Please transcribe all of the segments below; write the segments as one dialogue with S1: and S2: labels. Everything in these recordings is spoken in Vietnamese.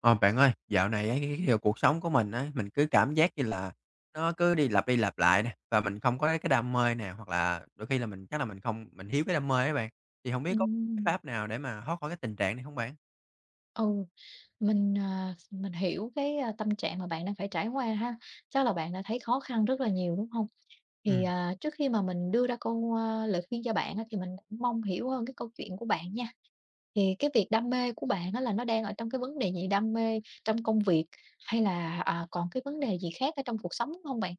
S1: Ờ, Bạn ơi, dạo này ấy, cái điều cuộc sống của mình á, mình cứ cảm giác như là nó cứ đi lặp lại nè, và mình không có cái đam mê nè, hoặc là đôi khi là mình chắc là mình không mình thiếu cái đam mê á bạn. Thì không biết có cái
S2: Ừm,
S1: pháp nào để mà thoát khỏi cái tình trạng này không bạn?
S2: ừ, mình hiểu cái tâm trạng mà bạn đang phải trải qua ha. Chắc là bạn đã thấy khó khăn rất là nhiều, đúng không? Thì,
S1: Ừm.
S2: à, trước khi mà mình đưa ra lời khuyên cho bạn á, thì mình cũng mong hiểu hơn cái câu chuyện của bạn nha. Thì cái việc đam mê của bạn á, là nó đang ở trong cái vấn đề gì? Đam mê trong công việc hay là, còn cái vấn đề gì khác ở trong cuộc sống không bạn?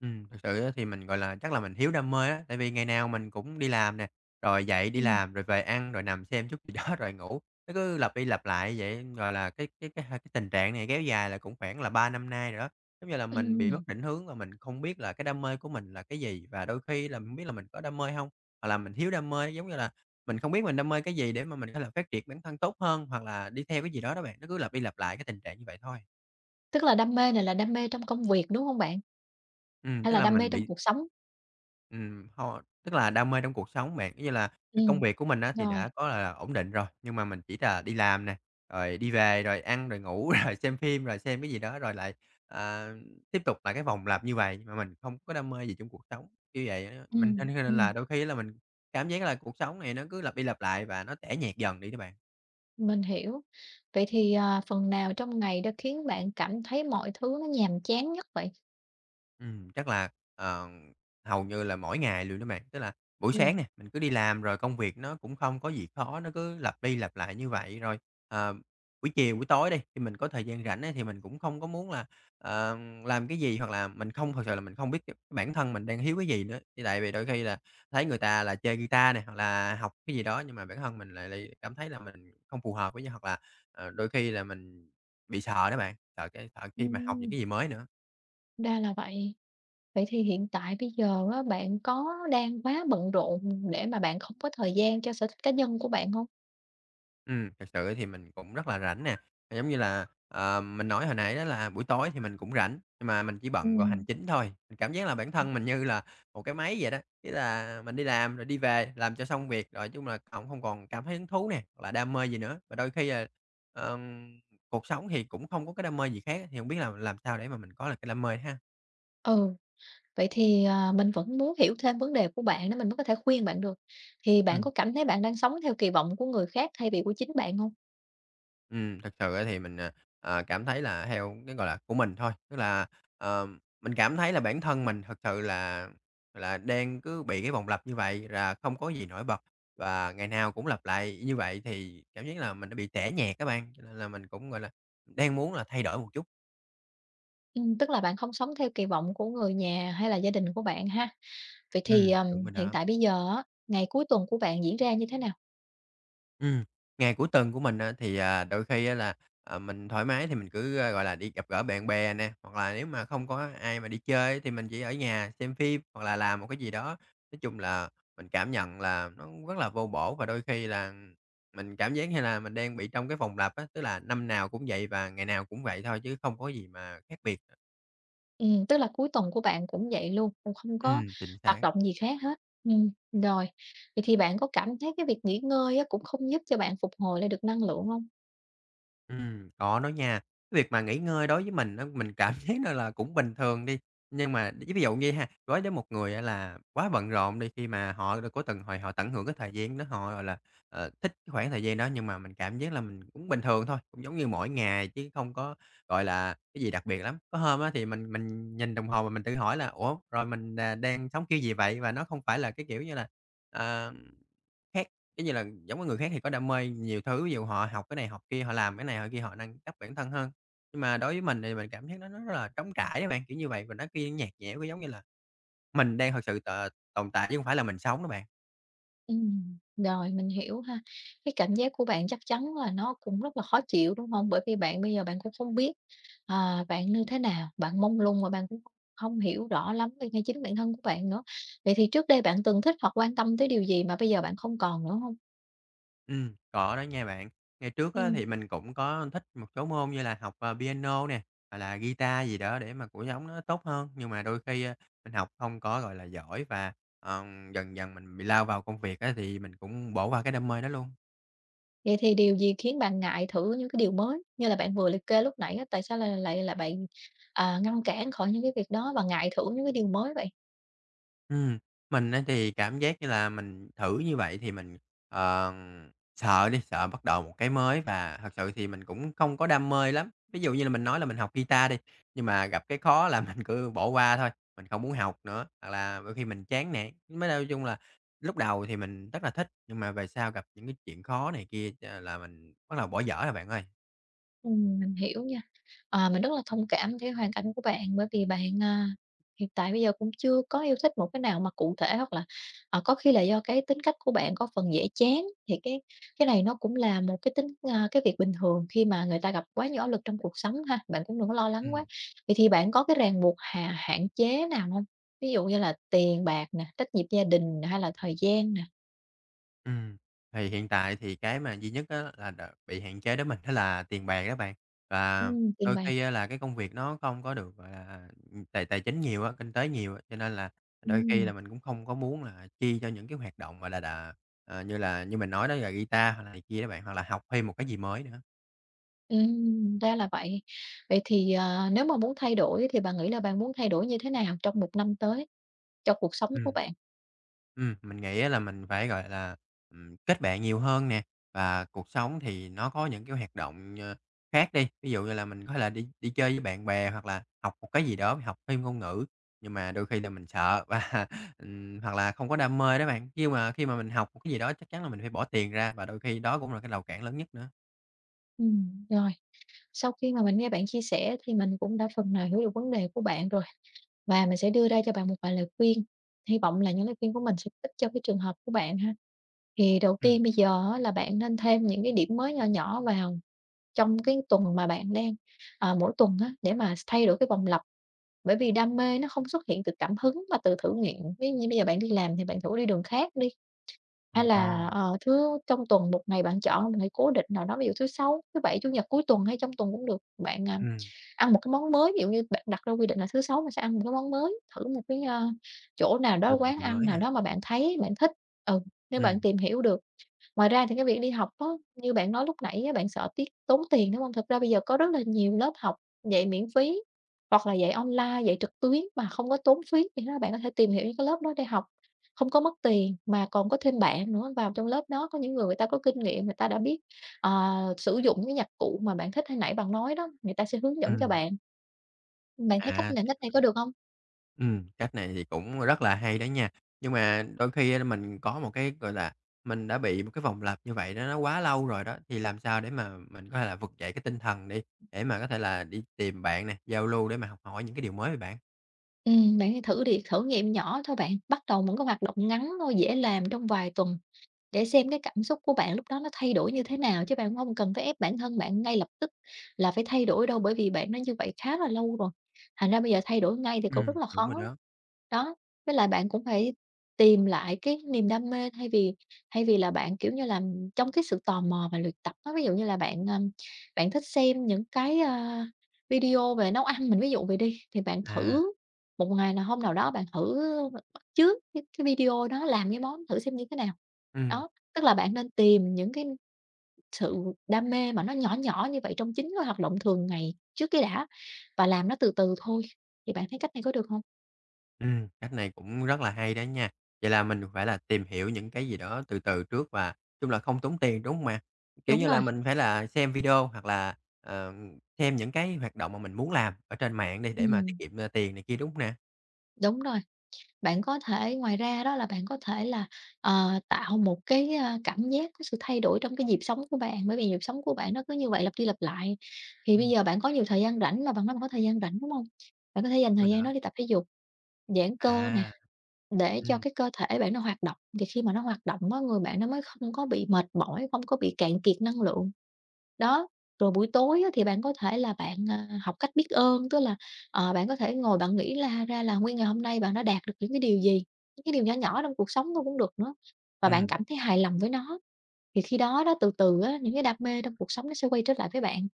S1: Thực sự á thì mình, gọi là, chắc là mình thiếu đam mê á, tại vì ngày nào mình cũng đi làm nè, rồi dậy đi
S2: Ừm,
S1: làm, rồi về ăn, rồi nằm xem chút gì đó rồi ngủ, nó cứ lặp đi lặp lại vậy. Gọi là, cái tình trạng này kéo dài là cũng khoảng là 3 năm nay rồi đó, giống như là mình bị
S2: ừm,
S1: mất định hướng và mình không biết là cái đam mê của mình là cái gì, và đôi khi là mình biết là mình có đam mê không hoặc là mình thiếu đam mê. Giống như là mình không biết mình đam mê cái gì để mà mình có thể phát triển bản thân tốt hơn, hoặc là đi theo cái gì đó đó bạn, nó cứ lặp đi lặp lại cái tình trạng như vậy thôi.
S2: Tức là đam mê này là đam mê trong công việc, đúng không bạn? Hay
S1: Tức
S2: là
S1: là
S2: đam mê
S1: mình
S2: trong
S1: bị.
S2: cuộc sống?
S1: Ho tức là đam mê trong cuộc sống bạn, như là cái công
S2: Ừm,
S1: việc của mình á thì
S2: rồi,
S1: đã có là ổn định rồi, nhưng mà mình chỉ là đi làm nè, rồi đi về, rồi ăn, rồi ngủ, rồi xem phim, rồi xem cái gì đó, rồi lại, à, tiếp tục lại cái vòng lặp như vậy mà mình không có đam mê gì trong cuộc sống. Như vậy á, mình cho nên là
S2: ừm.
S1: đôi khi là mình cảm giác là cuộc sống này nó cứ lặp đi lặp lại và nó tẻ nhạt dần đi các bạn.
S2: Mình hiểu. Vậy thì, phần nào trong ngày đã khiến bạn cảm thấy mọi thứ nó nhàm chán nhất vậy?
S1: Chắc là, ờ, hầu như là mỗi ngày luôn đó bạn. Tức là buổi sáng
S2: Ừm.
S1: nè, mình cứ đi làm rồi công việc nó cũng không có gì khó, nó cứ lặp đi lặp lại như vậy. Rồi, ờ, buổi chiều, buổi tối đi, thì mình có thời gian rảnh á, thì mình cũng không có muốn là, ờ, làm cái gì, hoặc là mình không thật sự là mình không biết cái bản thân mình đang thiếu cái gì nữa. Thì tại vì đôi khi là thấy người ta là chơi guitar này hoặc là học cái gì đó, nhưng mà bản thân mình lại lại cảm thấy là mình không phù hợp với nhau, hoặc là, đôi khi là mình bị sợ đó bạn, sợ khi mà học những
S2: Ừm,
S1: cái gì mới nữa.
S2: Ra là vậy. Vậy thì hiện tại bây giờ á, bạn có đang quá bận rộn để mà bạn không có thời gian cho sở thích cá nhân của bạn không?
S1: Thật sự thì mình cũng rất là rảnh nè, giống như là, mình nói hồi nãy đó là buổi tối thì mình cũng rảnh, nhưng mà mình chỉ bận vào hành
S2: Ừm.
S1: chính thôi. Mình cảm giác là bản thân mình như là một cái máy vậy đó, ý là mình đi làm rồi đi về, làm cho xong việc, rồi chung là cũng không còn cảm thấy hứng thú nè, hoặc là đam mê gì nữa. Và đôi khi là, ờm, cuộc sống thì cũng không có cái đam mê gì khác, thì hông biết là làm sao để mà mình có được cái đam mê ha?
S2: Ừ, vậy thì, mình vẫn muốn hiểu thêm vấn đề của bạn để mình mới có thể khuyên bạn được. Thì bạn
S1: Ừm.
S2: có cảm thấy bạn đang sống theo kỳ vọng của người khác thay vì của chính bạn không?
S1: Thực sự á thì mình, cảm thấy là theo cái, gọi là, của mình thôi, tức là, ờ, mình cảm thấy là bản thân mình thực sự là đang cứ bị cái vòng lặp như vậy là không có gì nổi bật và ngày nào cũng lặp lại như vậy thì cảm giác là mình đã bị tẻ nhạt các bạn, cho nên là mình cũng, gọi là, đang muốn là thay đổi một chút.
S2: Tức là bạn không sống theo kỳ vọng của người nhà hay là gia đình của bạn ha? Vậy thì, ờm,
S1: Đúng rồi
S2: hiện
S1: đó.
S2: tại bây giờ á, ngày cuối tuần của bạn diễn ra như thế nào?
S1: Ừm, Ngày cuối tuần của mình á, thì, đôi khi á là, mình thoải mái thì mình cứ, gọi là, đi gặp gỡ bạn bè nè, hoặc là nếu mà không có ai mà đi chơi thì mình chỉ ở nhà xem phim hoặc là làm một cái gì đó. Nói chung là mình cảm nhận là nó rất là vô bổ và đôi khi là mình cảm giác như là mình đang bị trong cái vòng lặp á, tức là năm nào cũng vậy và ngày nào cũng vậy thôi chứ không có gì mà khác biệt.
S2: Tức là cuối tuần của bạn cũng vậy luôn, cũng không có
S1: Chính
S2: hoạt
S1: xác.
S2: động gì khác hết. Rồi, vậy thì bạn có cảm thấy cái việc nghỉ ngơi á, cũng không giúp cho bạn phục hồi lại được năng lượng không?
S1: Có đó nha. Cái việc mà nghỉ ngơi đối với mình á, mình cảm thấy nó là cũng bình thường đi, nhưng mà ví ví dụ như ha, đối với một người, gọi là, quá bận rộn đi, khi mà họ đã có từng hồi họ tận hưởng cái thời gian đó, họ, gọi là, thích cái khoảng thời gian đó, nhưng mà mình cảm giác là mình cũng bình thường thôi, cũng giống như mỗi ngày chứ không có, gọi là, cái gì đặc biệt lắm. Có hôm á thì mình nhìn đồng hồ mà mình tự hỏi là "Ủa, rồi mình, đang sống kiểu gì vậy?" Và nó không phải là cái kiểu như là, ờ, khác. Giống như là, giống với người khác thì có đam mê nhiều thứ, ví dụ họ học cái này, học kia, họ làm cái này, họ kia, họ nâng cấp bản thân hơn. Nhưng mà đối với mình thì mình cảm thấy nó rất là trống trải đó bạn, kiểu như vậy, và nó kia nhạt nhẽo, kiểu, giống như là mình đang thực sự tồn tại chứ không phải là mình sống đó bạn.
S2: Rồi, mình hiểu ha. Cái cảm giác của bạn chắc chắn là nó cũng rất là khó chịu, đúng không? Bởi vì bạn bây giờ bạn cũng không biết, bạn như thế nào, bạn mông lung và bạn cũng không hiểu rõ lắm về ngay chính bản thân của bạn nữa. Vậy thì trước đây bạn từng thích hoặc quan tâm tới điều gì mà bây giờ bạn không còn nữa không?
S1: Có đó nha bạn. Ngày trước á
S2: Ừm,
S1: thì mình cũng có thích một số môn như là học, piano nè, hoặc là guitar gì đó để mà cuộc sống nó tốt hơn, nhưng mà đôi khi, mình học không có, gọi là, giỏi và, ờ, dần dần mình bị lao vào công việc á thì mình cũng bỏ qua cái đam mê đó luôn.
S2: Vậy thì điều gì khiến bạn ngại thử những cái điều mới? Như là bạn vừa liệt kê lúc nãy á, tại sao là lại là bạn, ngăn cản khỏi những cái việc đó và ngại thử những cái điều mới vậy?
S1: Ừm, mình á thì cảm giác như là mình thử như vậy thì mình, ờ, sợ đi, sợ bắt đầu một cái mới và thật sự thì mình cũng không có đam mê lắm. Ví dụ như là mình nói là mình học guitar đi, nhưng mà gặp cái khó là mình cứ bỏ qua thôi, mình không muốn học nữa, hoặc là đôi khi mình chán nản. Mới nói chung là lúc đầu thì mình rất là thích, nhưng mà về sau gặp những cái chuyện khó này kia là mình bắt đầu bỏ dở rồi bạn ơi.
S2: Mình hiểu nha. Mình rất là thông cảm với hoàn cảnh của bạn bởi vì bạn, hiện tại bây giờ cũng chưa có yêu thích một cái nào mà cụ thể hoặc là, có khi là do cái tính cách của bạn có phần dễ chán, thì cái này nó cũng là một cái tính à, cái việc bình thường khi mà người ta gặp quá nhiều áp lực trong cuộc sống ha, bạn cũng đừng có lo lắng quá.
S1: Ừm.
S2: Vậy thì bạn có cái ràng buộc hạn chế nào không? Ví dụ như là tiền bạc nè, trách nhiệm gia đình nè, hay là thời gian nè?
S1: Ừm, thì hiện tại thì cái mà duy nhất á là bị hạn chế đến mình đó là tiền bạc đó bạn. Và
S2: Tiền
S1: đôi
S2: bạc,
S1: khi á là cái công việc nó không có được, gọi là, tài tài chính nhiều á, kinh tế nhiều á, cho nên là đôi khi
S2: ừm.
S1: là mình cũng không có muốn là chi cho những cái hoạt động, mà là đà ờ, như mình nói đó là guitar hoặc là này kia đó bạn, hoặc là học thêm một cái gì mới nữa.
S2: Ra là vậy. Vậy thì, nếu mà muốn thay đổi thì bạn nghĩ là bạn muốn thay đổi như thế nào trong một năm tới cho cuộc sống của
S1: Ừm.
S2: bạn?
S1: Mình nghĩ á là mình phải, gọi là, kết bạn nhiều hơn nè, và cuộc sống thì nó có những cái hoạt động, khác đi, ví dụ như là mình có thể là đi đi chơi với bạn bè hoặc là học một cái gì đó, học thêm ngôn ngữ, nhưng mà đôi khi là mình sợ và, hoặc là không có đam mê đó bạn. Khi mà mình học một cái gì đó chắc chắn là mình phải bỏ tiền ra và đôi khi đó cũng là cái rào cản lớn nhất nữa.
S2: Rồi, sau khi mà mình nghe bạn chia sẻ thì mình cũng đã phần nào hiểu được vấn đề của bạn rồi, và mình sẽ đưa ra cho bạn một vài lời khuyên, hy vọng là những lời khuyên của mình sẽ ích cho cái trường hợp của bạn ha. Thì đầu
S1: Ừm.
S2: tiên bây giờ á là bạn nên thêm những cái điểm mới nhỏ nhỏ vào trong cái tuần mà mỗi tuần á, để mà thay đổi cái vòng lặp. Bởi vì đam mê nó không xuất hiện từ cảm hứng mà từ thử nghiệm. Ví dụ như bây giờ bạn đi làm thì bạn thử đi đường khác đi, hay là,
S1: Ồ!
S2: ờ, trong tuần một ngày bạn chọn một ngày cố định nào đó, ví dụ thứ Sáu, thứ Bảy, Chủ nhật cuối tuần hay trong tuần cũng được. Bạn,
S1: Ừm,
S2: ăn một cái món mới, ví dụ như bạn đặt ra quy định là thứ Sáu mình sẽ ăn một cái món mới, thử một cái, chỗ nào đó, quán
S1: gì
S2: ăn
S1: mới
S2: nào
S1: ha?
S2: đó mà bạn thấy bạn thích. Ừ, nếu bạn
S1: Ừm,
S2: tìm hiểu được. Ngoài ra thì cái việc đi học á, như bạn nói lúc nãy á, bạn sợ tốn tiền, đúng không? Thực ra bây giờ có rất là nhiều lớp học dạy miễn phí hoặc là dạy online, dạy trực tuyến mà không có tốn phí, thì đó bạn có thể tìm hiểu những cái lớp đó để học, không có mất tiền mà còn có thêm bạn nữa. Vào trong lớp đó có những người người ta có kinh nghiệm, người ta đã biết, ờ, sử dụng cái nhạc cụ mà bạn thích, hồi nãy bạn nói đó, người ta sẽ hướng dẫn cho
S1: ừm,
S2: bạn. Bạn thấy cách
S1: à,
S2: này
S1: thì
S2: cách này có được không?
S1: Cách này thì cũng rất là hay đó nha. Nhưng mà đôi khi á mình có một cái, gọi là, mình đã bị một cái vòng lặp như vậy đó nó quá lâu rồi đó, thì làm sao để mà mình có thể là vực dậy cái tinh thần đi, để mà có thể là đi tìm bạn nè, giao lưu để mà học hỏi những cái điều mới vậy bạn?
S2: Bạn hãy thử đi, thử nghiệm nhỏ thôi bạn, bắt đầu một cái hoạt động ngắn thôi, dễ làm trong vài tuần. Để xem cái cảm xúc của bạn lúc đó nó thay đổi như thế nào, chứ bạn không cần phải ép bản thân bạn ngay lập tức là phải thay đổi đâu, bởi vì bạn nó như vậy khá là lâu rồi, thành ra bây giờ thay đổi ngay thì cũng rất là
S1: Đúng rồi
S2: khó.
S1: đó.
S2: Đó, với lại bạn cũng phải tìm lại cái niềm đam mê thay vì là bạn, kiểu như là, trong cái sự tò mò và luyện tập á. Ví dụ như là bạn thích xem những cái, video về nấu ăn, mình ví dụ vậy đi, thì bạn
S1: À,
S2: thử một ngày nào hôm nào đó bạn thử trước cái video đó làm cái món thử xem như thế nào.
S1: ừm.
S2: Đó, tức là bạn nên tìm những cái sự đam mê mà nó nhỏ nhỏ như vậy trong chính cái hoạt động thường ngày trước cái đã, và làm nó từ từ thôi, thì bạn thấy cách này có được hông?
S1: Cách này cũng rất là hay đó nha. Vậy là mình phải là tìm hiểu những cái gì đó từ từ trước và chung là không tốn tiền, đúng không ạ? Kiểu
S2: Đúng
S1: như là,
S2: rồi,
S1: mình phải là xem video hoặc là, xem những cái hoạt động mà mình muốn làm ở trên mạng đi để mà tiết
S2: ừm,
S1: kiệm, tiền này kia, đúng hông nè?
S2: đúng rồi. Bạn có thể ngoài ra đó là bạn có thể là, tạo một cái, cảm giác có sự thay đổi trong cái nhịp sống của bạn, bởi vì nhịp sống của bạn nó cứ như vậy lặp đi lặp lại. Thì bây
S1: Ừm,
S2: giờ bạn có nhiều thời gian rảnh mà bạn nói bạn có thời gian rảnh, đúng hông? Bạn có thể dành
S1: đúng rồi
S2: thời gian đó
S1: đó.
S2: đi tập thể dục, giãn cơ nè.
S1: À.
S2: Để
S1: Ừ,
S2: cho cái cơ thể bạn nó hoạt động, thì khi mà nó hoạt động á, người bạn nó mới không có bị mệt mỏi, không có bị cạn kiệt năng lượng. Đó, rồi buổi tối á, thì bạn có thể học cách biết ơn, tức là, bạn có thể ngồi bạn nghĩ là ra là nguyên ngày hôm nay bạn đã đạt được những cái điều gì, những cái điều nhỏ nhỏ trong cuộc sống thôi cũng được nữa, và bạn
S1: ừ.
S2: cảm thấy hài lòng với nó, thì khi đó đó, từ từ á, những cái đam mê trong cuộc sống nó sẽ quay trở lại với bạn.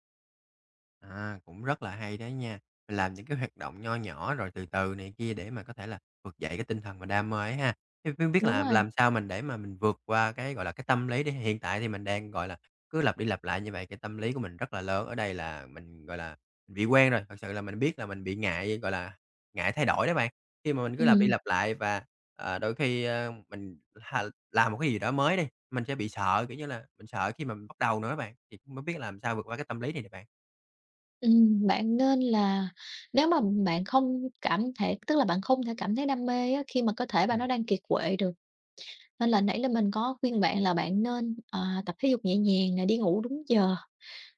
S1: À, cũng rất là hay đấy nha. Mình làm những cái hoạt động nho nhỏ rồi từ từ này kia để mà có thể là vực dậy cái tinh thần mà đam mê ấy ha. Thế không biết
S2: Đúng
S1: là
S2: rồi,
S1: làm sao mình để mà mình vượt qua cái, gọi là, cái tâm lý đi, hiện tại thì mình đang, gọi là, cứ lặp đi lặp lại như vậy, cái tâm lý của mình rất là lớn. Ở đây là mình, gọi là, mình bị quen rồi, thật sự là mình biết là mình bị ngại, gọi là, ngại thay đổi đó bạn. Khi mà mình cứ lặp đi
S2: ừm.
S1: lặp lại và, đôi khi, mình làm một cái gì đó mới đi, mình sẽ bị sợ, kiểu như là, mình sợ khi mà mình bắt đầu nữa bạn, thì không biết làm sao vượt qua cái tâm lý này nè bạn.
S2: Bạn nên là nếu mà bạn không cảm thể tức là bạn không thể cảm thấy đam mê á, khi mà cơ thể bạn nó
S1: Ừm.
S2: đang kiệt quệ được, nên là nãy là mình có khuyên bạn là bạn nên, tập thể dục nhẹ nhàng nè, đi ngủ đúng giờ,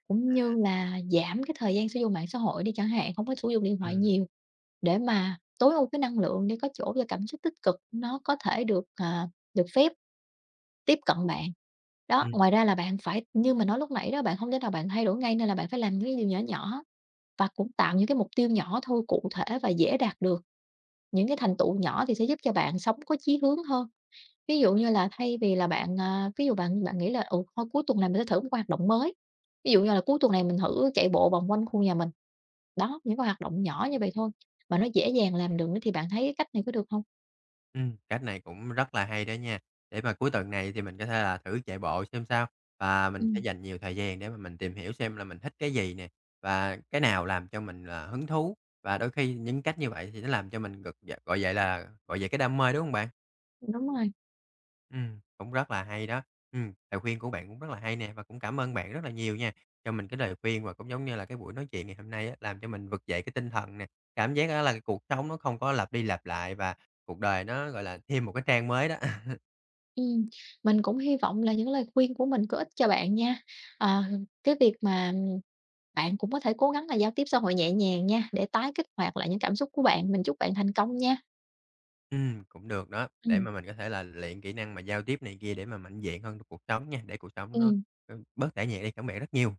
S2: cũng như
S1: À,
S2: là giảm cái thời gian sử dụng mạng xã hội đi chẳng hạn, không có sử dụng điện thoại
S1: ừm,
S2: nhiều để mà tối ưu cái năng lượng để có chỗ cho cảm xúc tích cực nó có thể được phép tiếp cận bạn. Đó,
S1: ừm,
S2: ngoài ra là bạn phải như mình nói lúc nãy đó, bạn không thể nào bạn thay đổi ngay nên là bạn phải làm những cái điều nhỏ nhỏ. Và cũng tạo những cái mục tiêu nhỏ thôi, cụ thể và dễ đạt được, những cái thành tựu nhỏ thì sẽ giúp cho bạn sống có chí hướng hơn. Ví dụ như là thay vì là bạn, ví dụ bạn bạn nghĩ là, thôi cuối tuần này mình sẽ thử một hoạt động mới, ví dụ như là cuối tuần này mình thử chạy bộ vòng quanh khu nhà mình. Đó, những cái hoạt động nhỏ như vậy thôi, mà nó dễ dàng làm được nữa thì bạn thấy cái cách này có được không?
S1: cách này cũng rất là hay đó nha. Để mà cuối tuần này thì mình có thể là thử chạy bộ xem sao, và mình sẽ
S2: Ừm,
S1: dành nhiều thời gian để mà mình tìm hiểu xem là mình thích cái gì nè, và cái nào làm cho mình là hứng thú, và đôi khi những cách như vậy thì nó làm cho mình gọi vậy là, gọi vậy, cái đam mê, đúng không bạn?
S2: đúng rồi,
S1: Cũng rất là hay đó. Lời khuyên của bạn cũng rất là hay nè, và cũng cảm ơn bạn rất là nhiều nha, cho mình cái lời khuyên và cũng giống như là cái buổi nói chuyện ngày hôm nay á, làm cho mình vực dậy cái tinh thần nè. Cảm giác á là cái cuộc sống nó không có lặp đi lặp lại và cuộc đời nó, gọi là, thêm một cái trang mới đó.
S2: ừm, mình cũng hy vọng là những lời khuyên của mình có ích cho bạn nha. Ờ, cái việc mà Bạn cũng có thể cố gắng là giao tiếp xã hội nhẹ nhàng nha, để tái kích hoạt lại những cảm xúc của bạn. Mình chúc bạn thành công nha.
S1: Cũng được đó, để
S2: Ừm,
S1: mà mình có thể là luyện kỹ năng mà giao tiếp này kia để mà mạnh dạn hơn trong cuộc sống nha, để cuộc sống nó,
S2: ừm.
S1: bớt tẻ nhẹ đi. Cảm ơn bạn rất nhiều.